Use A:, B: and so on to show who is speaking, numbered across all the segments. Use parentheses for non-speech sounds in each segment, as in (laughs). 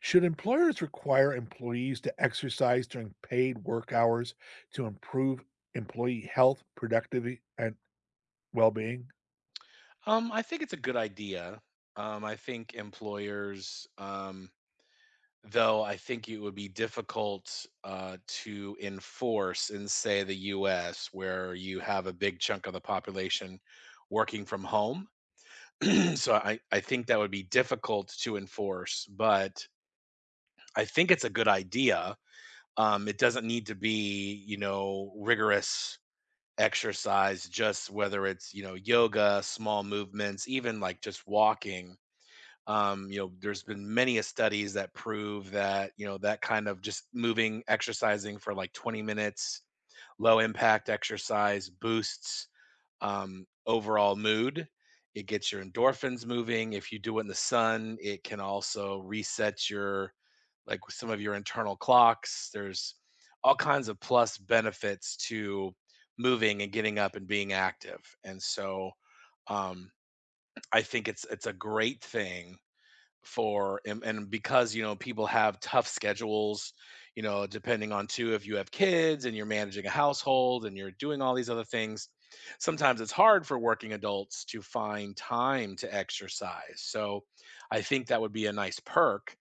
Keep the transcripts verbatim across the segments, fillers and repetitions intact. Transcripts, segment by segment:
A: Should employers require employees to exercise during paid work hours to improve employee health, productivity, and well being?
B: Um, I think it's a good idea. Um, I think employers, um, though, I think it would be difficult uh, to enforce in, say, the U S, where you have a big chunk of the population working from home. (clears throat) so I, I think that would be difficult to enforce, but I think it's a good idea. Um, it doesn't need to be, you know, rigorous exercise, just whether it's, you know, yoga, small movements, even like just walking um, you know there's been many a studies that prove that you know that kind of just moving exercising for like twenty minutes low impact exercise boosts um, overall mood. It gets your endorphins moving. If you do it in the sun, it can also reset your like some of your internal clocks. There's all kinds of plus benefits to moving and getting up and being active, and so um, i think it's it's a great thing for and, and because you know people have tough schedules. you know depending on too, if you have kids and you're managing a household and you're doing all these other things, sometimes it's hard for working adults to find time to exercise, so I think that would be a nice perk.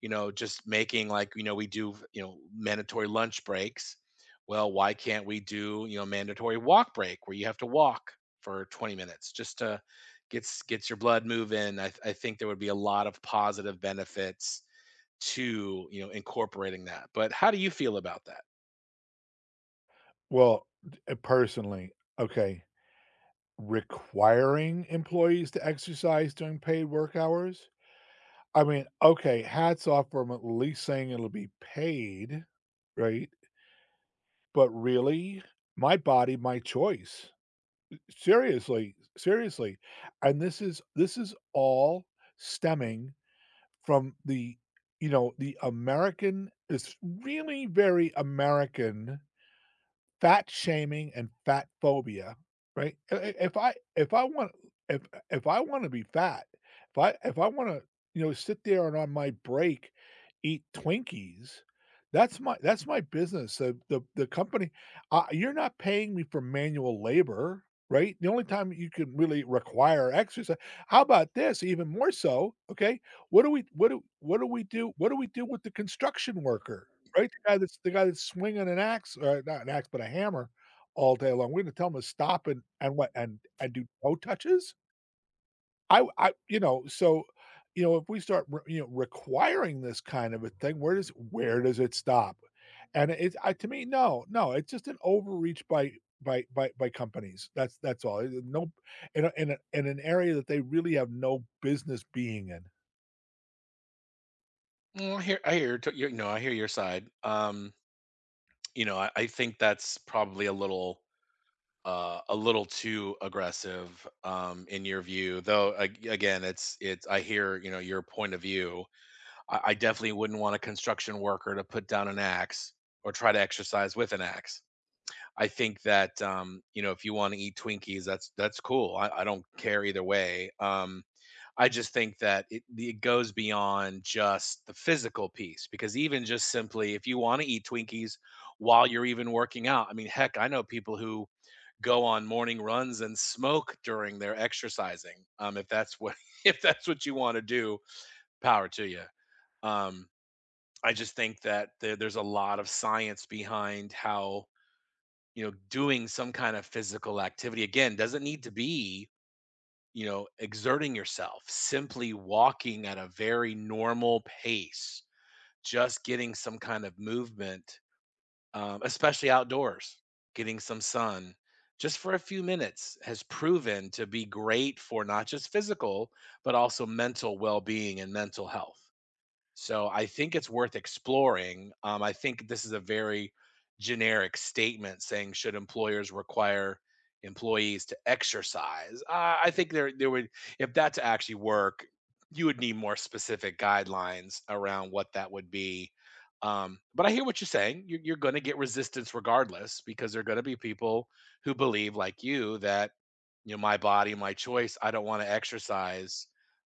B: you know just making like you know we do you know mandatory lunch breaks. Well, why can't we do you know mandatory walk break where you have to walk for twenty minutes just to gets gets your blood moving. I, th- I think there would be a lot of positive benefits to you know incorporating that. But how do you feel about that?
A: Well, d- uh, personally, okay, requiring employees to exercise during paid work hours. I mean, okay, hats off for 'em at least saying it'll be paid, right? But really, my body, my choice. Seriously, seriously. And this is this is all stemming from the you know, the American, it's really very American, fat shaming and fat phobia, right? I I if I if I want if if I wanna be fat, if I if I wanna, you know, sit there and on my break eat Twinkies, that's my that's my business. The the the company, uh, you're not paying me for manual labor, right? The only time you can really require exercise, how about this? Even more so, okay? What do we what do what do we do what do we do with the construction worker? Right? The guy that's the guy that's swinging an axe, or not an axe, but a hammer all day long. We're gonna tell him to stop and and what, and and do toe touches? I I you know, so, you know, If we start re you know, requiring this kind of a thing, where does where does it stop? And it's I to me, no, no, it's just an overreach by by by by companies. That's that's all. It no In a in a in an area that they really have no business being in.
B: Well, I hear I hear t- you know I hear your side. Um, you know I, I think that's probably a little uh, a little too aggressive um, in your view. Though ag- again, it's it's I hear you know your point of view. I, I definitely wouldn't want a construction worker to put down an axe or try to exercise with an axe. I think that, um, you know, if you wanna eat Twinkies, that's that's cool. I I don't care either way. Um, I just think that it it goes beyond just the physical piece, because even just simply if you wanna eat Twinkies while you're even working out, I mean, heck, I know people who go on morning runs and smoke during their exercising. Um, if that's what (laughs) if that's what you wanna do, power to you. Um, I just think that there there's a lot of science behind how, you know, doing some kind of physical activity. Again, doesn't need to be, you know, exerting yourself, simply walking at a very normal pace, just getting some kind of movement, um, especially outdoors, getting some sun just for a few minutes has proven to be great for not just physical, but also mental well being and mental health. So I think it's worth exploring. Um, I think this is a very generic statement saying should employers require employees to exercise. Uh, I think there there would if that to actually work, you would need more specific guidelines around what that would be. Um, but I hear what you're saying. You're, you're going to get resistance regardless because there are going to be people who believe like you that you know my body, my choice. I don't want to exercise.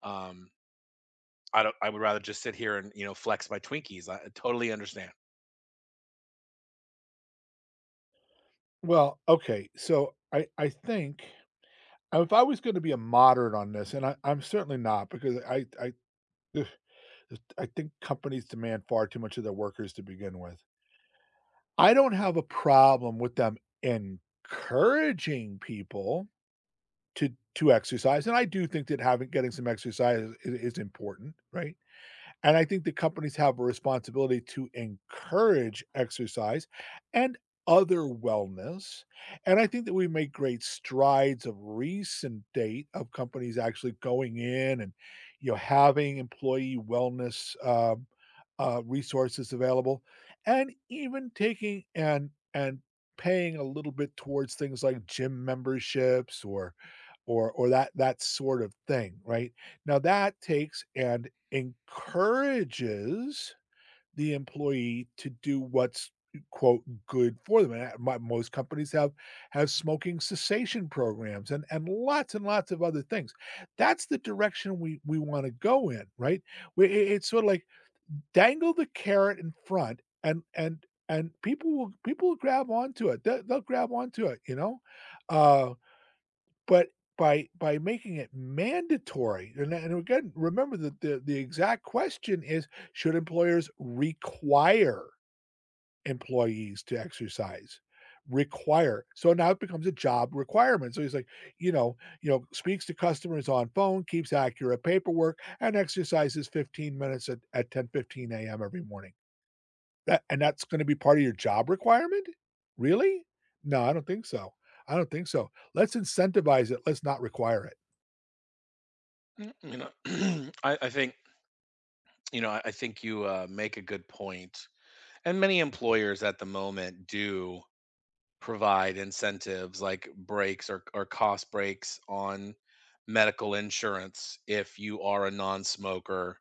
B: Um, I don't I would rather just sit here and, you know, flex my Twinkies. I totally understand.
A: Well, okay, so I I think Uh, if I was gonna be a moderate on this, and I I'm certainly not, because I I ugh, I think companies demand far too much of their workers to begin with. I don't have a problem with them encouraging people to to exercise, and I do think that having getting some exercise is is important, right? And I think the companies have a responsibility to encourage exercise and other wellness. And I think that we make great strides of recent date of companies actually going in and, you know, having employee wellness um, uh, resources available, and even taking and and paying a little bit towards things like gym memberships, or or or that that sort of thing, right? Now that takes an encourages the employee to do what's quote good for them. And that- most companies have have smoking cessation programs and and lots and lots of other things. That's the direction we we want to go in, right? We, it- it's sort of like dangle the carrot in front, and and and people will people will grab onto it. They'll, they'll grab onto it, you know. Uh but by by making it mandatory, and and again, remember that the the exact question is, should employers require employees to exercise? Require. So now it becomes a job requirement. So he's like, you know you know, speaks to customers on phone, keeps accurate paperwork, and exercises fifteen minutes at at ten fifteen a m every morning. That and that's gonna be part of your job requirement? Really? No, I don't think so. I don't think so. Let's incentivize it, let's not require it.
B: Mm, you know, (clears throat) I, I think, you know, I, I think you uh, make a good point. And many employers at the moment do provide incentives like breaks, or, or cost breaks on medical insurance if you are a non smoker,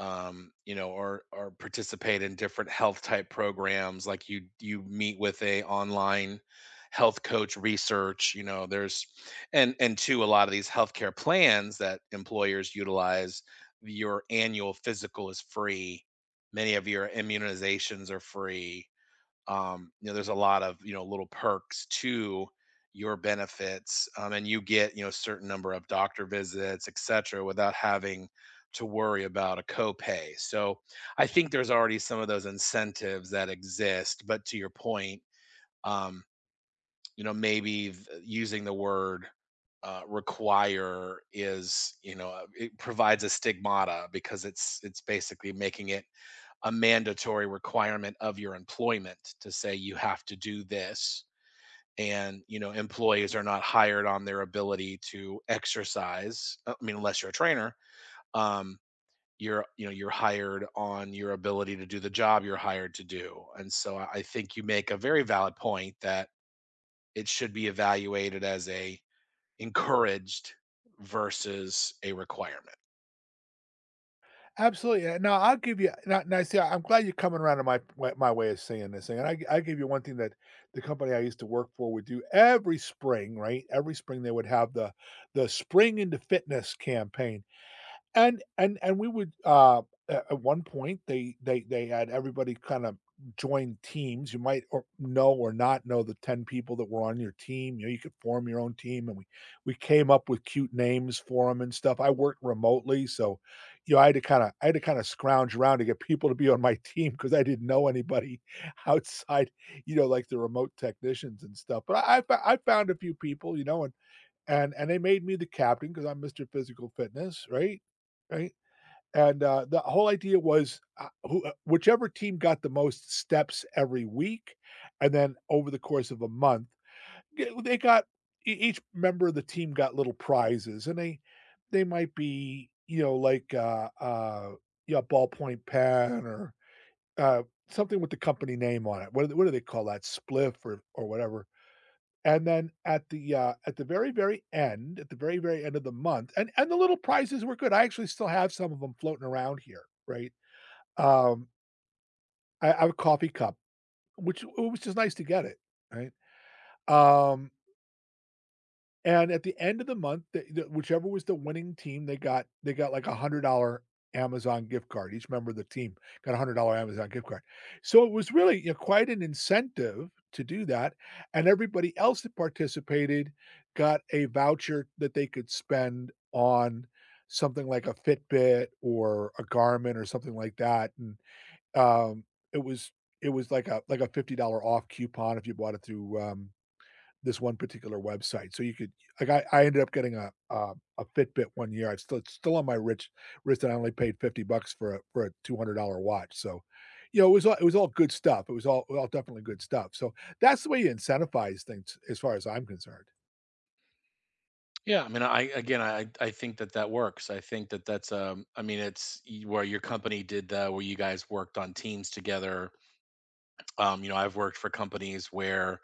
B: um, you know, or or participate in different health type programs. Like you you meet with a online health coach research. You know, there's and and two, a lot of these healthcare plans that employers utilize, your annual physical is free. Many of your immunizations are free. um, you know, there's a lot of you know little perks to your benefits, um, and you get you know a certain number of doctor visits, et cetera, without having to worry about a copay. So I think there's already some of those incentives that exist. But to your point, um, you know, maybe th- using the word uh, require is you know uh, it provides a stigmata because it's it's basically making it a mandatory requirement of your employment to say you have to do this. And you know employees are not hired on their ability to exercise, uh, I mean, unless you're a trainer. um you're you know you're hired on your ability to do the job you're hired to do, and so i I think you make a very valid point that it should be evaluated as a encouraged versus a requirement.
A: Absolutely, yeah, now I'll give you now now see, I'm glad you're coming around to my my my way of saying this thing, and I I give you one thing that the company I used to work for would do every spring, right? Every spring, they would have the the Spring into Fitness campaign. And and and we would, uh, at at one point, they they they had everybody kind of join teams. You might or know or not know the ten people that were on your team. You know, you could form your own team, and we we came up with cute names for them and stuff. I worked remotely, so, you know, I had to kinda I had to kinda scrounge around to get people to be on my (laughs) team, because I didn't know anybody (laughs) outside, you know, like the remote technicians and stuff. But I I fou I found a few people, you know, and and and they made me the captain, because 'cause I'm Mister Physical Fitness, right? Right? And, uh, the whole idea was, uh, who uh, whichever team got the most steps every week, and then over the course of a month, g they got ea each member of the team got little prizes, and they they might be, you know, like, uh, uh, yeah, a ballpoint pen, or, uh, something with the company name on it. What do they, what do they call that? Spliff or or whatever. And then at the, uh, at the very, very end at the very, very end of the month, and and the little prizes were good, I actually still have some of them floating around here, right? Um, I I have a coffee cup, which which is nice to get it, right? Um And at the end of the month, the the whichever was the winning team, they got they got like a one hundred dollar Amazon gift card. Each member of the team got a one hundred dollar Amazon gift card. So it was really, you know, quite an incentive to do that, and everybody else that participated got a voucher that they could spend on something like a Fitbit or a Garmin or something like that, and, um, it was it was like a like a fifty dollar off coupon if you bought it through, um this one particular website. So you could like I, I ended up getting a, a a Fitbit one year. It's still it's still on my rich wrist, and I only paid fifty bucks for a for a two hundred dollar watch. So, you know, it was all it was all good stuff. It was all all definitely good stuff. So that's the way you incentivize things, as far as I'm concerned.
B: Yeah, I mean, I again, I I think that that works. I think that that's um, I mean, it's y- where your company did that, where you guys worked on teams together. Um, you know, I've worked for companies where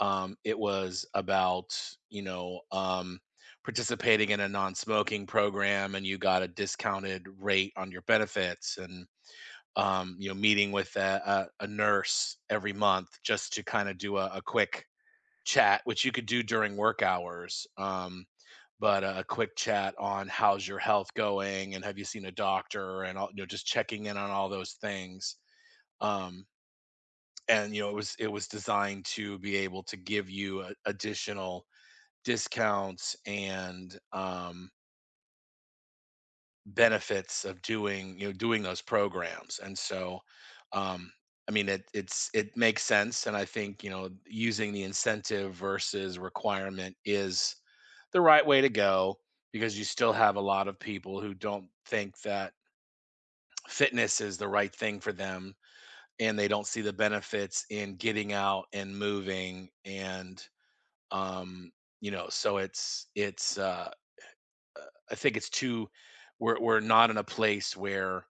B: um, it was about you know um, participating in a non-smoking program, and you got a discounted rate on your benefits, and um, you know, meeting with a, a, a nurse every month just to kind of do a, a quick chat, which you could do during work hours. Um, but a quick chat on how's your health going and have you seen a doctor and all, you know just checking in on all those things. Um, and you know it was it was designed to be able to give you a, additional discounts, and um, benefits of doing you know doing those programs, and so um I mean it it's it makes sense, and I think you know using the incentive versus requirement is the right way to go, because you still have a lot of people who don't think that fitness is the right thing for them, and they don't see the benefits in getting out and moving and um you know so it's it's uh uh, I think it's too, we're we're not in a place where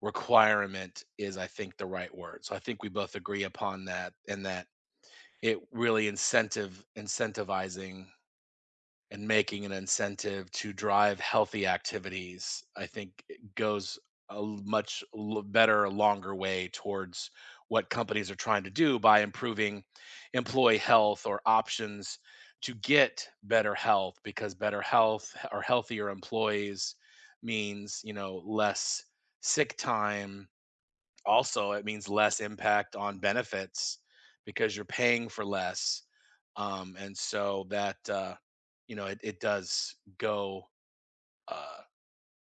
B: requirement is I think the right word. So I think we both agree upon that, and that it really incentive incentivizing and making an incentive to drive healthy activities, I think it goes a l- much l- better, longer way towards what companies are trying to do by improving employee health or options to get better health, because better health or healthier employees means, you know, less sick time. Also, it means less impact on benefits because you're paying for less. Um, and so that, uh, you know, it, it does go, uh,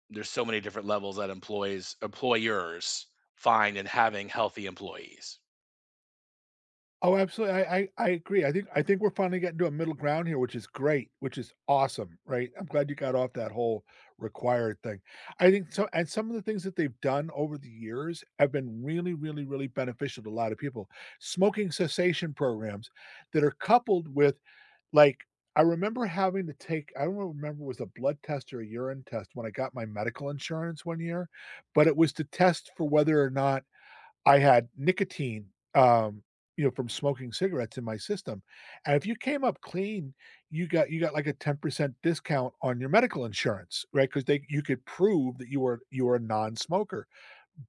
B: there's so many different levels that employees, employers find in having healthy employees.
A: Oh, absolutely. I, I I agree. I think I think we're finally getting to a middle ground here, which is great, which is awesome, right? I'm glad you got off that whole required thing. I think so, and some of the things that they've done over the years have been really, really, really beneficial to a lot of people. Smoking cessation programs that are coupled with, like, I remember having to take, I don't remember if it was a blood test or a urine test, when I got my medical insurance one year, but it was to test for whether or not I had nicotine, um, you know, from smoking cigarettes in my system, and if you came up clean, you got you got like a ten percent discount on your medical insurance, right? Because they you could prove that you were you were a non-smoker.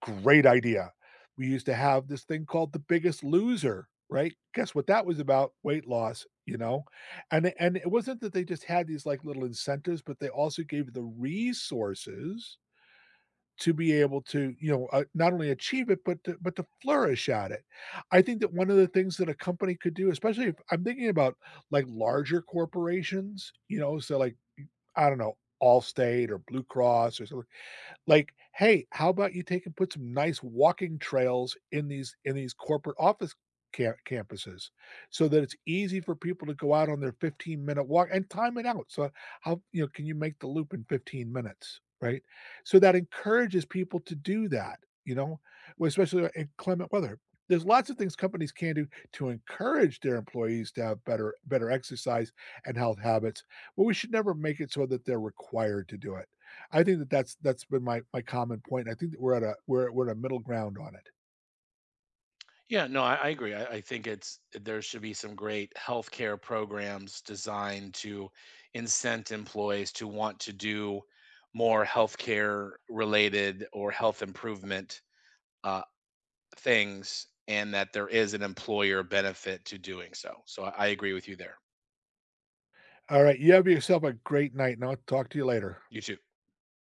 A: Great idea. We used to have this thing called The Biggest Loser, right? Guess what that was about? Weight loss, you know? And and it wasn't that they just had these, like, little incentives, but they also gave the resources to be able to, you know, uh, not only achieve it, but to but to flourish at it. I think that one of the things that a company could do, especially if I'm thinking about, like, larger corporations, you know, so, like, I don't know, Allstate or Blue Cross or something, like, "Hey, how about you take and put some nice walking trails in these in these corporate office ca campuses, so that it's easy for people to go out on their fifteen-minute walk and time it out." So, how you know, can you make the loop in fifteen minutes, right? So that encourages people to do that, you know, well, especially in climate weather. There's lots of things companies can do to encourage their employees to have better better exercise and health habits, but we should never make it so that they're required to do it. I think that that's that's been my my common point. I think that we're at a we're we're at a middle ground on it.
B: Yeah, no, I, I agree. I, I think it's there should be some great healthcare programs designed to incent employees to want to do more healthcare related or health improvement things, and that there is an employer benefit to doing so. So I I agree with you there.
A: All right, you have yourself a great night, and I'll talk to you later.
B: You too.